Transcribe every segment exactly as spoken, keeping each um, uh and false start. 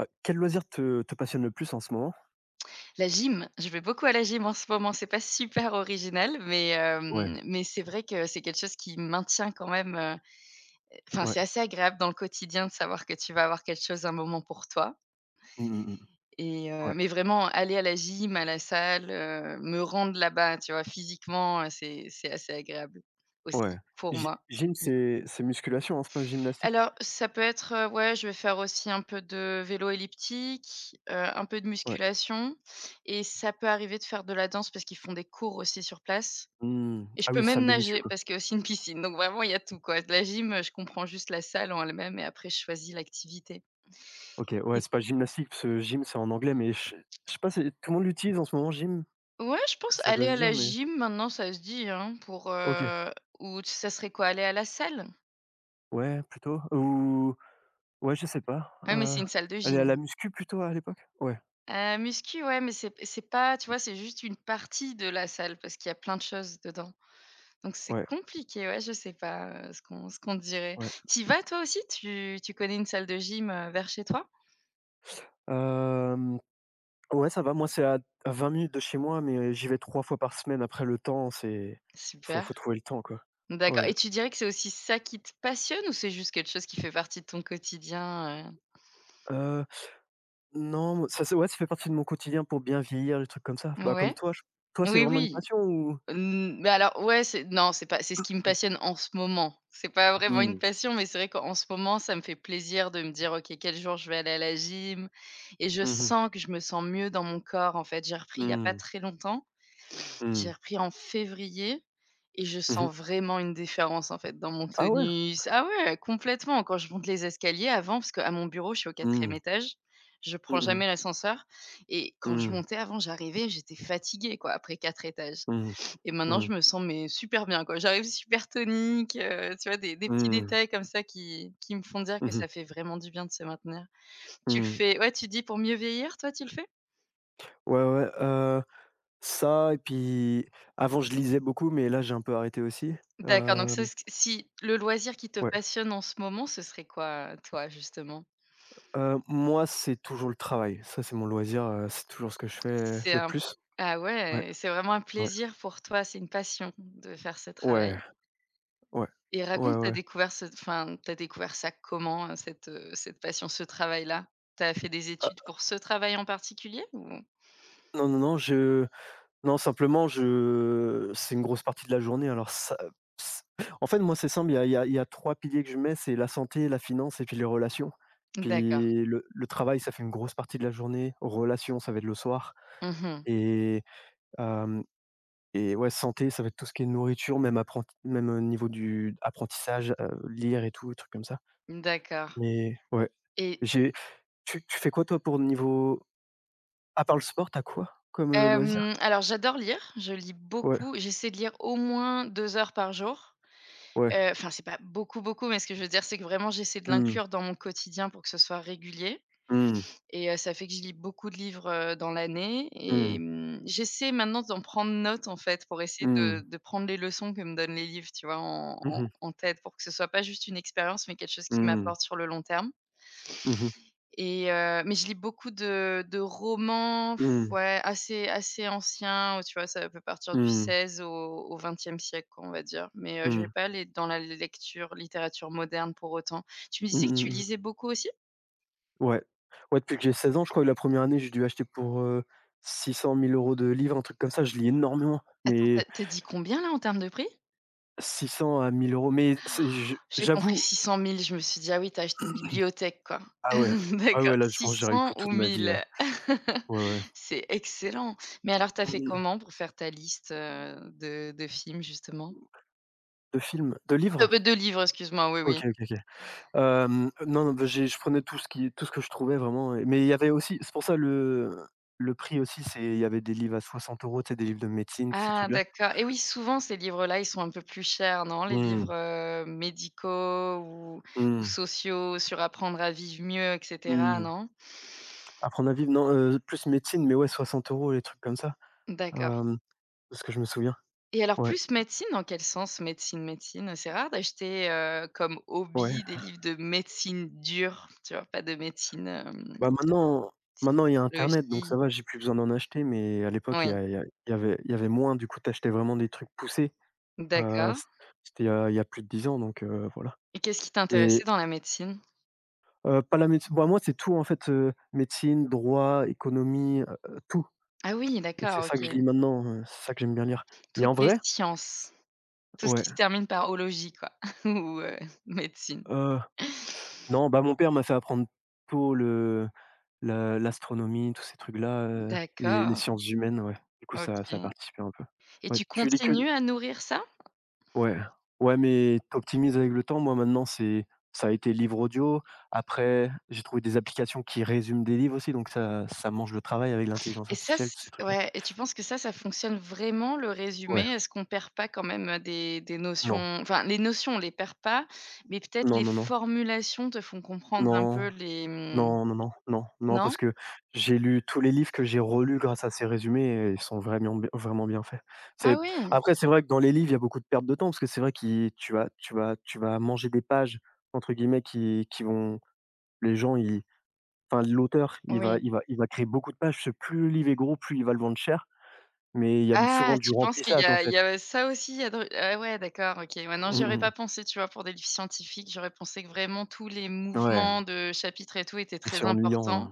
Heu, quel loisir te te passionne le plus en ce moment? La gym, je vais beaucoup à la gym en ce moment. C'est pas super original, mais Ouais. hem, mais c'est vrai que c'est quelque chose qui maintient quand même, heu, enfin, Ouais. c'est assez agréable dans le quotidien de savoir que tu vas avoir quelque chose, un moment pour toi Mmh mh, mmh. et heu, Ouais, mais vraiment aller à la gym, à la salle, heu, me rendre là-bas, tu vois? Physiquement, heu, c'est c'est assez agréable ouais. aussi pour Gy moi. gym, c'est c'est musculation, hein, c'est pas gymnastique? Alors, ça peut être, heu, ouais, je vais faire aussi un peu de vélo elliptique, heu, un peu de Ouais. musculation et ça peut arriver de faire de la danse parce qu'ils font des cours aussi sur place Mmh. et je Ah peux oui, salle même de muscu, nager quoi. parce qu'il y a aussi une piscine. Donc vraiment, il y a tout, quoi. De la gym, heu, je comprends juste la salle en elle-même et après je choisis l'activité OK, ouais, et c'est pas gymnastique parce que gym, c'est en anglais, mais je je sais pas, c'est tout le monde l'utilise en ce moment, gym? ouais, je Du coup, pense ça aller doit se à dire, la mais gym, maintenant ça se dit, hein, pour, OK. heu, ou ça serait quoi? Aller à la salle? Ouais, plutôt ou ouais, je sais pas, Ah mais heu, c'est une salle de aller gym. à la muscu plutôt à l'époque? Ouais, Heu, muscu, ouais, mais c'est c'est pas tu vois, c'est juste une partie de la salle parce qu'il y a plein de choses dedans. Donc c'est ouais, compliqué, ouais, je sais pas, heu, ce qu'on ce qu'on dirait. ouais. Tu vas toi aussi? Tu tu connais une salle de gym, heu, vers chez toi? Hem Ouais, ça va. Moi, c'est à à vingt minutes de chez moi, mais j'y vais trois fois par semaine. Après, le temps, c'est faut Super, faut trouver le temps, quoi. d'accord Ouais. et tu dirais que c'est aussi ça qui te passionne ou c'est juste quelque chose qui fait partie de ton quotidien, heu? Heu, non, moi, ça, c'est ouais, ça fait partie de mon quotidien pour bien vieillir, les trucs comme ça. Bah, comme Ouais. toi, je toi, c'est Oui, vraiment une oui, passion ou? mmh, mais alors ouais, c'est non, c'est pas c'est ce qui me passionne en ce moment. C'est pas vraiment une Mmh. passion, mais c'est vrai qu'en ce moment, ça me fait plaisir de me dire: «OK, quel jour je vais aller à la gym?» et je Mmh mh. sens que je me sens mieux dans mon corps, en fait. J'ai repris il y a pas Mmh. très longtemps. J'ai Mmh. repris en février et je Mmh. sens vraiment une différence, en fait, dans mon Ah ouais? tonus. Ah ouais, complètement. Quand je monte les escaliers avant, parce qu'à mon bureau, je suis au quatrième Mmh. étage, je prends Mmh mh. jamais l'ascenseur et quand je Mmh. montais avant, j'arrivais, j'étais fatiguée, quoi, après quatre étages Mmh. et maintenant Mmh. je me sens, mais super bien, quoi. J'arrive super tonique, heu, tu vois? Des des petits Mmh. détails comme ça qui qui me font dire que Mmh. ça fait vraiment du bien de se maintenir. Tu le Mmh. fais, ouais, tu dis pour mieux vieillir, toi, tu le fais? Ouais, ouais, heu, ça et puis avant, je lisais beaucoup, mais là, j'ai un peu arrêté aussi. D'accord, donc ce Hem, c si le loisir qui te ouais. passionne en ce moment, ce serait quoi, heu, toi, justement? Heu, moi, c'est toujours le travail. Ça, c'est mon loisir, heu, c'est toujours ce que je fais C'est le un plus. Ah Ouais, ouais, c'est vraiment un ouais, plaisir pour toi, c'est une passion de faire ce ouais, travail ouais, et ouais, raconte, tu as ouais. découvert ce enfin, tu as découvert ça comment, heu, cette, heu, cette passion, ce travail-là? T'as fait des études Ah, pour ce travail en particulier ou? non, non, non, je non, simplement, je c'est une grosse partie de la journée, alors ça ps en fait, moi, c'est simple, il y a il y a il y a trois piliers que je mets, c'est la santé, la finance et puis les relations. D'accord. Puis le le travail, ça fait une grosse partie de la journée, relations, ça va être le soir Mmh. et hem et ouais, santé, ça va être tout ce qui est nourriture, même apprenti même au niveau du apprentissage, heu, lire et tout, trucs comme ça. D'accord Mais ouais, et j'ai tu tu fais quoi toi pour niveau, à part le sport, tu quoi comme, heu, loisir? hem, alors j'adore lire, je lis Ouais, beaucoup, j'essaie de lire au moins deux heures par jour. ouais. Heu, enfin, c'est pas beaucoup, beaucoup, mais ce que je veux dire, c'est que vraiment j'essaie de Mmh. l'inclure dans mon quotidien pour que ce soit régulier Mmh. et heu, ça fait que je lis beaucoup de livres, heu, dans l'année Mmh. et mmh, j'essaie maintenant d'en prendre note, en fait, pour essayer de Mmh. de prendre les leçons que me donnent les livres, tu vois, en Mmh en mh. en tête pour que ce soit pas juste une expérience, mais quelque chose qui Mmh. m'apporte sur le long terme Mmh mh. et heu, mais je lis beaucoup de de romans f Mmh. ouais, assez assez anciens, où tu vois? Ça peut partir du Mmh. seizième au au vingtième siècle, quoi, on va dire. Mais, heu, je vais Mmh. pas aller dans la lecture littérature moderne pour autant. Tu me disais que tu Mmh. lisais beaucoup aussi? Ouais. Ouais, depuis que j'ai seize ans, je crois que la première année, j'ai dû acheter pour, euh, six 600 mille euros de livres, un truc comme ça. Je lis énormément, mais Attends, t'as as dit combien là en termes de prix? six cents à mille euros. Mais c'est, je J'ai compris j'avoue, six cent mille. Je me suis dit: «Ah oui, t'as acheté une bibliothèque, quoi». ah ouais. Ah D'accord, ouais, là, je six pense que j'aurais eu cents pour ou toute ma vie, mille, ouais. Ouais, ouais. C'est excellent. Mais alors t'as Mmh fait mh. comment pour faire ta liste, heu, de de films justement? De films? De Ah livres? bah, deux livres, excuse-moi, oui, OK, oui. OK, OK. Hem, non, non, bah, j'ai je prenais tout ce qui tout ce que je trouvais vraiment, et mais il y avait aussi c'est pour ça le le prix aussi, c'est il y avait des livres à soixante euros. Tu sais, des livres de médecine, tous ces Ah trucs-là. d'accord et oui, souvent ces livres-là, ils sont un peu plus chers, non? Les Mmh, livres, heu, médicaux ou ou mmh, sociaux sur apprendre à vivre mieux et cetera, mmh. non? Apprendre à vivre, non, heu, plus médecine, mais ouais, soixante euros les trucs comme ça, D'accord hem, de ce que je me souviens. et alors Ouais, plus médecine, dans quel sens médecine, médecine? C'est rare d'acheter, heu, comme ouais. hobby des livres de médecine dure, tu vois? Pas de médecine, hem, Bah, maintenant maintenant il y a internet, donc ça psychologie. va, j'ai plus besoin d'en acheter, mais à l'époque, il y Oui, a il y a il y avait il y avait moins, du coup, tu achetais vraiment des trucs poussés. Heu, d'accord c c'était il y a il y a plus de dix ans, donc heu, voilà. et qu'est-ce qui Mais t'intéressait dans la médecine? Heu, pas la médecine, bah, moi, c'est tout, en fait, heu, médecine, droit, économie, heu, tout. Ah oui, Et c'est d'accord, ça OK. que je lis maintenant, heu, c'est ça que j'aime bien lire. Et Toutes en les vrai, sciences. Tout ce ouais, qui se termine par ologie quoi ou, heu, médecine. heu, non, bah, mon père m'a fait apprendre tôt le la l'astronomie, tous ces trucs-là, heu, les les D'accord, sciences humaines, ouais. Du coup, ça OK ça a participé un peu. et Ouais, tu tu lis que continues à nourrir ça? ouais, ouais, mais tu optimises avec le temps. Moi, maintenant, c'est ça a été livre audio. Après, j'ai trouvé des applications qui résument des livres aussi, donc ça ça mange le travail avec l'intelligence Et ça artificielle, c tous ces trucs-là. Ouais, et tu penses que ça, ça fonctionne vraiment le Ouais, résumé? Est-ce qu'on perd pas quand même, des des notions non. enfin les notions on les perd pas, mais peut-être Non, les non, non. formulations te font comprendre un Non, peu les, mmh non, non, non, non, non, non? parce que j'ai lu tous les livres que j'ai relus grâce à ces résumés et ils sont vraiment bien vraiment bien faits. Ah C'est oui, après c'est vrai que dans les livres, il y a beaucoup de pertes de temps, parce que c'est vrai que tu vas tu vas tu vas «manger» des pages entre guillemets qui qui vont les gens ils enfin l'auteur, il va oui. il va il va créer beaucoup de pages, parce que plus le livre est gros, plus il va le vendre cher, mais il y a souvent Ah, du tu penses qu'il y remplissage en a il fait. y a ça aussi? Il y a dans Ah ouais, d'accord, OK. Ouais, non, j'y Mmh aurais mh. pas pensé, tu vois, pour des livres scientifiques. J'aurais pensé que vraiment tous les Ouais. mouvements de chapitres et tout étaient Et c'est très ennuyant, heu, importants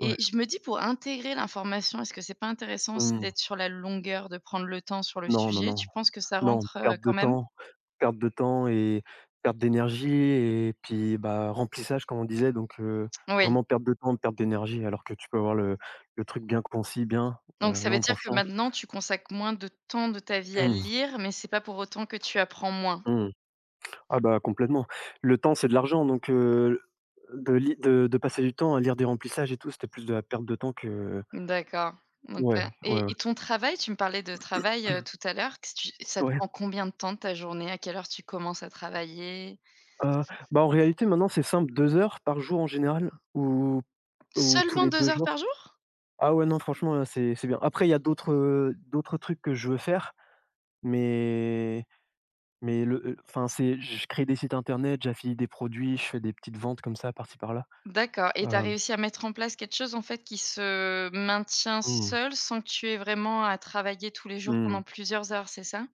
ouais. je me dis pour intégrer l'information, est-ce que c'est pas intéressant aussi Mmh. d'être sur la longueur, de prendre le temps sur le Non, non, sujet? non. Tu penses que ça Non, rentre, heu, perte de quand même? temps, perte de temps et perte d'énergie. Et puis, bah, remplissage comme on disait, donc heu, Oui, vraiment perte de temps, perte d'énergie, alors que tu peux avoir le le truc bien concis, bien, heu, donc ça veut non dire que franchement. maintenant tu consacres moins de temps de ta vie à Mmh, lire, mais c'est pas pour autant que tu apprends moins. mmh. Ah bah, complètement. Le temps, c'est de l'argent, donc heu, de li de de passer du temps à lire des remplissages et tout, c'était plus de la perte de temps que D'accord, OK ouais, et ouais, ouais. et ton travail, tu me parlais de travail, heu, tout à l'heure. Qu'est-ce que tu ça te Ouais, prend combien de temps de ta journée? À quelle heure tu commences à travailler? heu, bah, en réalité maintenant c'est simple, deux heures par jour en général, ou ou tous Seulement les deux deux heures par jours. jour? Ah ouais, non, franchement, heu, c'est c'est bien. Après, il y a d'autres, heu, d'autres trucs que je veux faire, mais mais le, heu, enfin, c'est je crée des sites internet, j'affilie des produits, je fais des petites ventes comme ça, par-ci par-là. D'accord et tu as Hem, réussi à mettre en place quelque chose, en fait, qui se maintient mmh, seul, sans que tu aies vraiment à travailler tous les jours mmh, pendant plusieurs heures, c'est ça?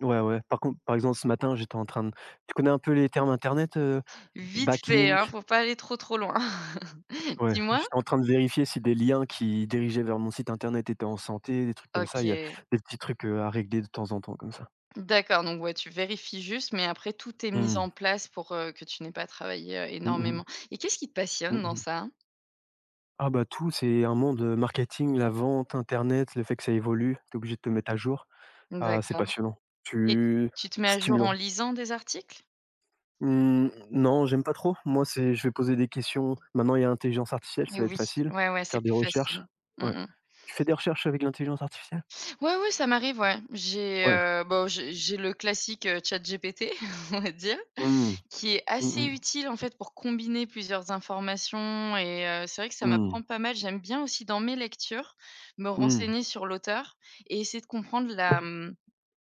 ouais, ouais. Par contre, par exemple, ce matin, j'étais en train de tu connais un peu les termes internet, heu, Vite fait, hein, backlink? faut pas aller trop, trop loin. Ouais, Dis-moi? j'étais en train de vérifier si des liens qui dirigeaient vers mon site internet étaient en santé, des trucs comme ça. Il y a OK, des petits trucs, heu, à régler de temps en temps comme ça. d'accord, donc ouais, tu vérifies juste, mais après tout est mis Mmh. en place pour, heu, que tu n'aies pas à travailler, Mmh mh. énormément et qu'est-ce qui te passionne Mmh dans mh. ça? Ah bah tout, c'est un monde, heu, marketing, la vente, internet, le fait que ça évolue, t'es obligé de te mettre à jour. Ah, c'est D'accord passionnant. et Tu tu te mets à jour en stimulant. lisant des articles? Mmh, non, j'aime pas trop. Moi, c'est je vais poser des questions. Maintenant, il y a intelligence artificielle, ça Et va être oui, facile. ouais, ouais, c'est Faire des plus facile. recherches. Mmh Ouais. mh. Tu fais des recherches avec l'intelligence artificielle? Ouais, ouais, ça m'arrive, ouais. J'ai, Ouais. heu, bon, j'ai j'ai le classique, heu, ChatGPT, on va dire, Hmm qui est hmm assez hmm utile, en fait, pour combiner plusieurs informations et heu, c'est vrai que ça hmm m'apprend pas mal. J'aime bien aussi, dans mes lectures, me hmm. renseigner sur l'auteur et essayer de comprendre la, mmh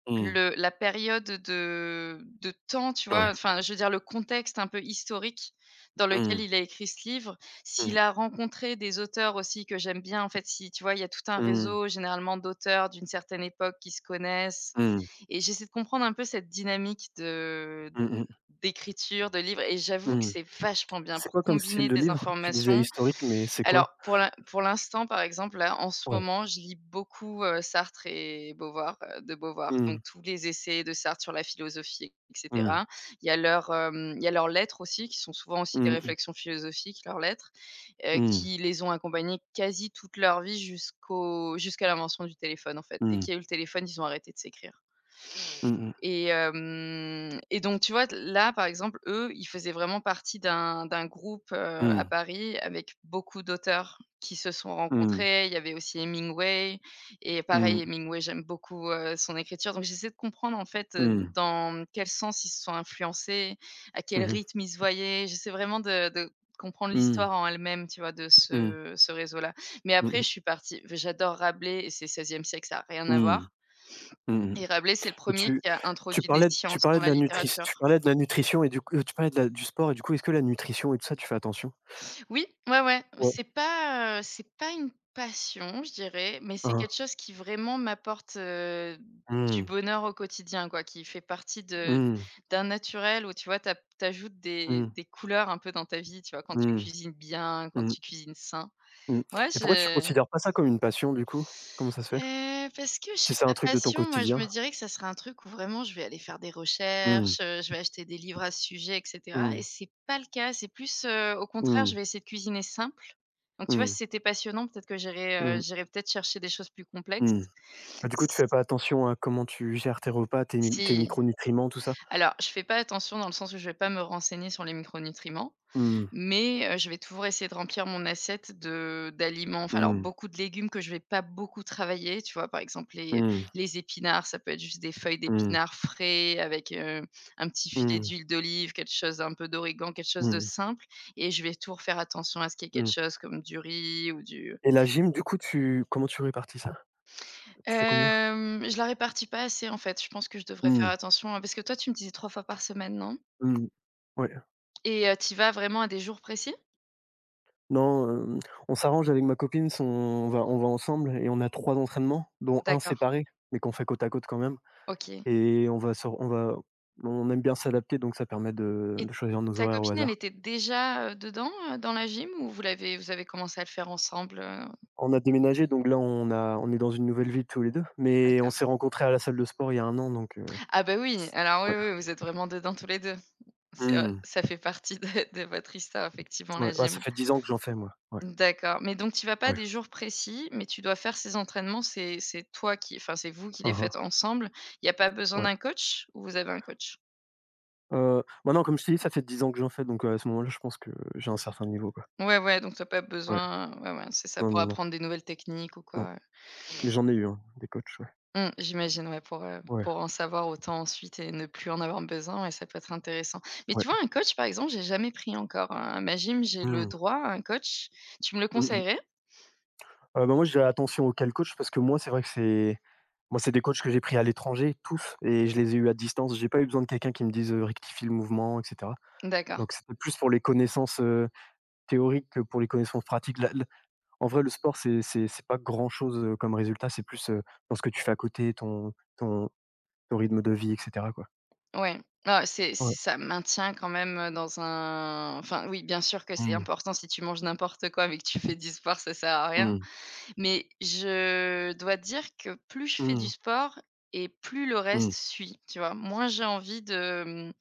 Mmh. Le la période de de temps, tu vois? Ouais. Enfin, je veux dire le contexte un peu historique dans lequel Hmm il a écrit ce livre. hmm S'il a rencontré des auteurs aussi que j'aime bien, en fait, si tu vois, il y a tout un hmm réseau généralement d'auteurs d'une certaine époque qui se connaissent hmm et j'essaie de comprendre un peu cette dynamique de hmm hmm. d'écriture, de livres et j'avoue que Mmh. c'est vachement bien C'est pour quoi comme style combiner de des livre? Tu disais informations. historique, mais c'est Alors quoi? pour l'in pour l'instant, par exemple, là, en ce Ouais. moment, je lis beaucoup, heu, Sartre et Beauvoir, heu, de Beauvoir, Hmm donc tous les essais de Sartre sur la philosophie et hmm cetera. Il y a leurs, hem, il y a leurs lettres aussi qui sont souvent aussi des hmm hmm. réflexions philosophiques, leurs lettres, heu, Mmh. qui les ont accompagnés quasi toute leur vie jusqu'au jusqu'à l'invention du téléphone, en fait. Dès Mm. qu'il y a eu le téléphone, ils ont arrêté de s'écrire. Mm, Et hem et donc tu vois, là, par exemple, eux, ils faisaient vraiment partie d'un d'un groupe, heu, à mm, Paris avec beaucoup d'auteurs qui se sont mm, rencontrés. Il y avait aussi Hemingway et mm, pareil, Hemingway, j'aime beaucoup, heu, son écriture. Donc j'essaie de comprendre, en fait, heu, mm, dans quel sens ils se sont influencés, à quel mhm, rythme ils se voyaient. J'essaie vraiment de de comprendre mm, mm, l'histoire en elle-même, tu vois, de mhm, mm, ce ce réseau-là. Mais après je mmh. suis partie j'adore Rabelais et c'est seizième siècle, ça a rien à Mmh. voir. Mmh. Et Rabelais, c'est le Et premier tu qui a tu introduit des parlais de- tu sciences dans parlais de la la nutris tu littérature. parlais de la nutrition et du coup, tu parlais de la du sport et du coup, est-ce que la nutrition et tout ça, tu fais attention? Oui, ouais, ouais, Ouais. c'est pas, heu, c'est pas une passion, je dirais, mais c'est Hein. quelque chose qui vraiment m'apporte, heu, du Mmh. bonheur au quotidien, quoi, qui fait partie de Mmh. d'un naturel où, tu vois, tu ap des Mmh. des couleurs un peu dans ta vie, tu vois, quand tu Mmh. cuisines bien, quand Mmh. tu cuisines sain. Mmh. Ouais, Et pourquoi tu je considères pas ça comme une passion du coup? Comment ça se fait? Heu, parce que je Si sais c'est un pas, truc de ton passion, moi, je me quotidien? dirais que ça serait un truc où vraiment je vais aller faire des Mmh. recherches, heu, je vais acheter des livres à ce sujet et cetera Mmh. et c'est pas le cas. C'est plus, heu, au contraire, Mmh. je vais essayer de cuisiner simple. Donc tu vois, Mmh. si c'était passionnant, peut-être que j'irais, heu, Mmh. j'irais peut-être chercher des choses plus Mmh. complexes. Bah, du coup, tu S fais pas attention à comment tu gères tes repas, tes mi tes si, micronutriments, tout ça? alors je fais pas attention dans le sens où je vais pas me renseigner sur les micronutriments. Mmh. Mais heu, je vais toujours essayer de remplir mon assiette de d'aliments enfin, alors Mmh. beaucoup de légumes que je vais pas beaucoup travailler, tu vois? Par exemple, les Mmh. les épinards, ça peut être juste des feuilles Mmh. d'épinards frais avec, heu, un petit filet Mmh. d'huile d'olive, quelque chose un peu d'origan, quelque chose de Mmh. simple et je vais toujours faire attention à ce qu'il y ait quelque Mmh. chose comme du riz ou du. Et la gym du coup, tu comment tu répartis ça? Tu fais combien? Hem, je la répartis pas assez en fait. Je pense que je devrais Mmh. faire attention, hein, parce que toi, tu me disais trois fois par semaine, non? Mmh. Ouais. Et tu vas vraiment à des jours précis? Non, hem, on s'arrange avec ma copine, son on va on va ensemble et on a trois entraînements, dont un D'accord. séparé, mais qu'on fait côte à côte quand même OK. et on va se on va on aime bien s'adapter donc ça permet de Et de choisir nos ta horaires au copine, elle hasard. était déjà, heu, dedans, heu, dans la gym ou vous l'avez vous avez commencé à le faire ensemble, heu? On a déménagé donc là on a on est dans une nouvelle ville tous les deux. Mais on D'accord. s'est rencontrés à la salle de sport il y a un an donc, heu, Ah bah, oui, c alors oui, ouais. oui, oui, vous êtes vraiment dedans tous les deux. C'est vrai, Mmh. ça fait partie de de votre histoire effectivement Ouais, la ouais, ça gym. fait dix ans que j'en fais moi. Ouais, D'accord, mais donc tu vas pas à ouais. des jours précis, mais tu dois faire ces entraînements, c'est c'est toi qui enfin, c'est vous qui les Hein, hein, faites ensemble? Il n'y a pas besoin ouais. d'un coach ou vous avez un coach? Heu, maintenant comme je t'ai dit, ça fait dix ans que j'en fais donc heu, à ce moment-là, je pense que j'ai un certain niveau, quoi. Ouais, ouais, donc t'as pas Ouais. besoin ouais, ouais, c'est ça, Non, pour non, non, apprendre des nouvelles techniques ou non, quoi, ouais. mais j'en ai eu, hein, des coachs, ouais. Mmh, j'imagine, ouais, pour, heu, Ouais, pour en savoir autant ensuite et ne plus en avoir besoin, et ça peut être intéressant. Mais ouais. tu vois, un coach, par exemple, j'ai jamais pris encore, hein. À ma gym, j'ai le Mmh. droit à un coach. Tu me le Mmh mh. conseillerais? Heu, bah, moi, je dirais attention auxquels coach, parce que moi, c'est vrai que c'est moi, c'est des coachs que j'ai pris à l'étranger, tous, et je les ai eus à distance. J'ai pas eu besoin de quelqu'un qui me dise, heu: «Rectifie le mouvement» et cetera. D'accord, Donc c'était plus pour les connaissances, heu, théoriques que pour les connaissances pratiques. La la En vrai, le sport, c'est c'est c'est pas grand-chose, heu, comme résultat. C'est plus, heu, dans ce que tu fais à côté, ton ton ton rythme de vie et cetera, quoi. ouais. Ah, c'est Ouais. ça maintient quand même, dans un enfin, oui, bien sûr que c'est Mmh. important si tu manges n'importe quoi, mais que tu fais du sport, ça sert à rien. Mmh. Mais je dois dire que plus je fais du Mmh. sport et plus le Mmh. reste suit, tu vois? Moins j'ai envie de, mmh,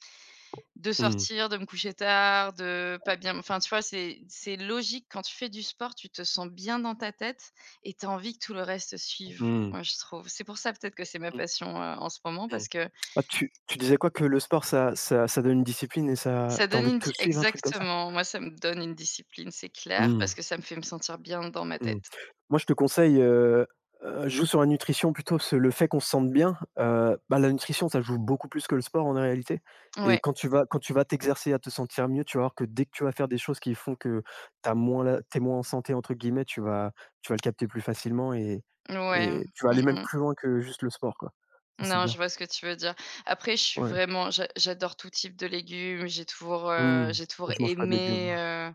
De Mmh. sortir, de me coucher tard, de pas bien enfin, tu vois, c'est c'est logique quand tu fais du sport, tu te sens bien dans ta tête et tu as envie que tout le reste suive, Mmh. moi, je trouve. C'est pour ça peut-être que c'est ma Mmh. passion, heu, en ce moment Mmh. parce que Ah, tu tu disais quoi? Que le sport ça ça ça donne une discipline et ça ça t'as donne envie de une tout di. suivre, un truc comme ça? Exactement, moi, ça me donne une discipline, c'est clair, Mmh. parce que ça me fait me sentir bien dans ma Mmh. tête. Moi, je te conseille, heu heu, joue sur la nutrition plutôt ce le fait qu'on se sente bien, heu, bah, la nutrition, ça joue beaucoup plus que le sport en réalité et Ouais, quand tu vas quand tu vas t'exercer à te sentir mieux, tu vas voir que dès que tu vas faire des choses qui font que tu moins la tu «moins en santé» entre guillemets, tu vas tu vas le capter plus facilement et ouais. et tu vas aller même Mmh. plus loin que juste le sport, quoi. Ça, c'est Non, je bien. vois ce que tu veux dire. Après, je suis Ouais. vraiment j'a j'adore tout type de légumes. J'ai toujours, Mmh. heu, j'ai toujours Je mange pas de aimé, légumes. heu,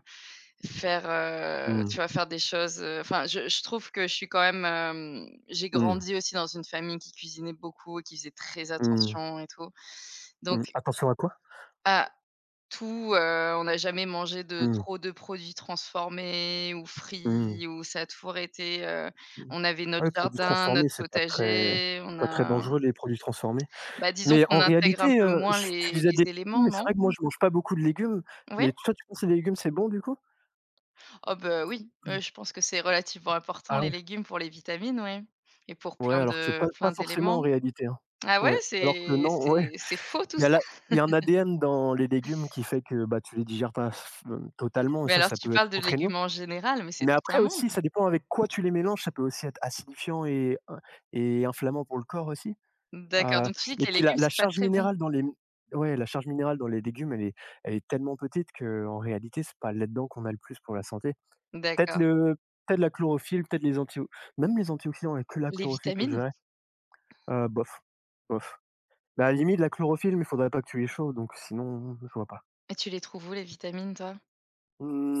faire, heu, Mmh. tu vois, faire des choses, heu, enfin, je je trouve que je suis quand même, hem, j'ai Mmh. grandi aussi dans une famille qui cuisinait beaucoup et qui faisait très Mmh. attention et tout. Donc Mmh. Attention à quoi? à tout, heu, on n'a jamais mangé de Mmh. trop de produits transformés ou Mmh. frits ou ça a toujours été, heu, on avait Ouais, notre les produits jardin, transformés, notre c'est pas très potager, c'est on pas très a. dangereux, les produits transformés. Bah, disons Mais en qu'on intègre un réalité, peu heu, j moins tu les disais les des légumes, éléments, mais c'est non? vrai que moi, je mange pas beaucoup de légumes, Oui. mais toi, tu penses que les légumes c'est bon du coup? Oh bah, oui, ouais, Mmh. je pense que c'est relativement important Ah les ouais? légumes pour les vitamines, ouais et pour Ouais, plein alors que pas de pas plein forcément en d'éléments. réalité, hein. Ah ouais, Ouais, alors que c'est non, ouais, c'est c'est faux tout il y a la ça? il y a un A D N dans les légumes qui fait que, bah, tu les digères pas f hem, totalement, et Mais ça, alors ça tu peut être parles de contraignant. légumes en général, mais c'est Mais tout après un monde. aussi, ça dépend avec quoi tu les mélanges, ça peut aussi être acidifiant et in et inflammant pour le corps aussi. D'accord, Heu donc tu dis que et les puis la légumes, la c'est pas charge très bon? minérale dans les ouais, la charge minérale dans les légumes, elle est elle est tellement petite que en réalité, c'est pas là-dedans qu'on a le plus pour la santé. Peut-être D'accord. le peut-être la chlorophylle, peut-être les anti même les antioxydants, il que la Les chlorophylle que je vitamines? verrais, heu, bof, bof. Bah, à la limite la chlorophylle, mais il faudrait pas que tu les chauffes, donc sinon je vois pas. Et tu les trouves où les vitamines toi? Mmh.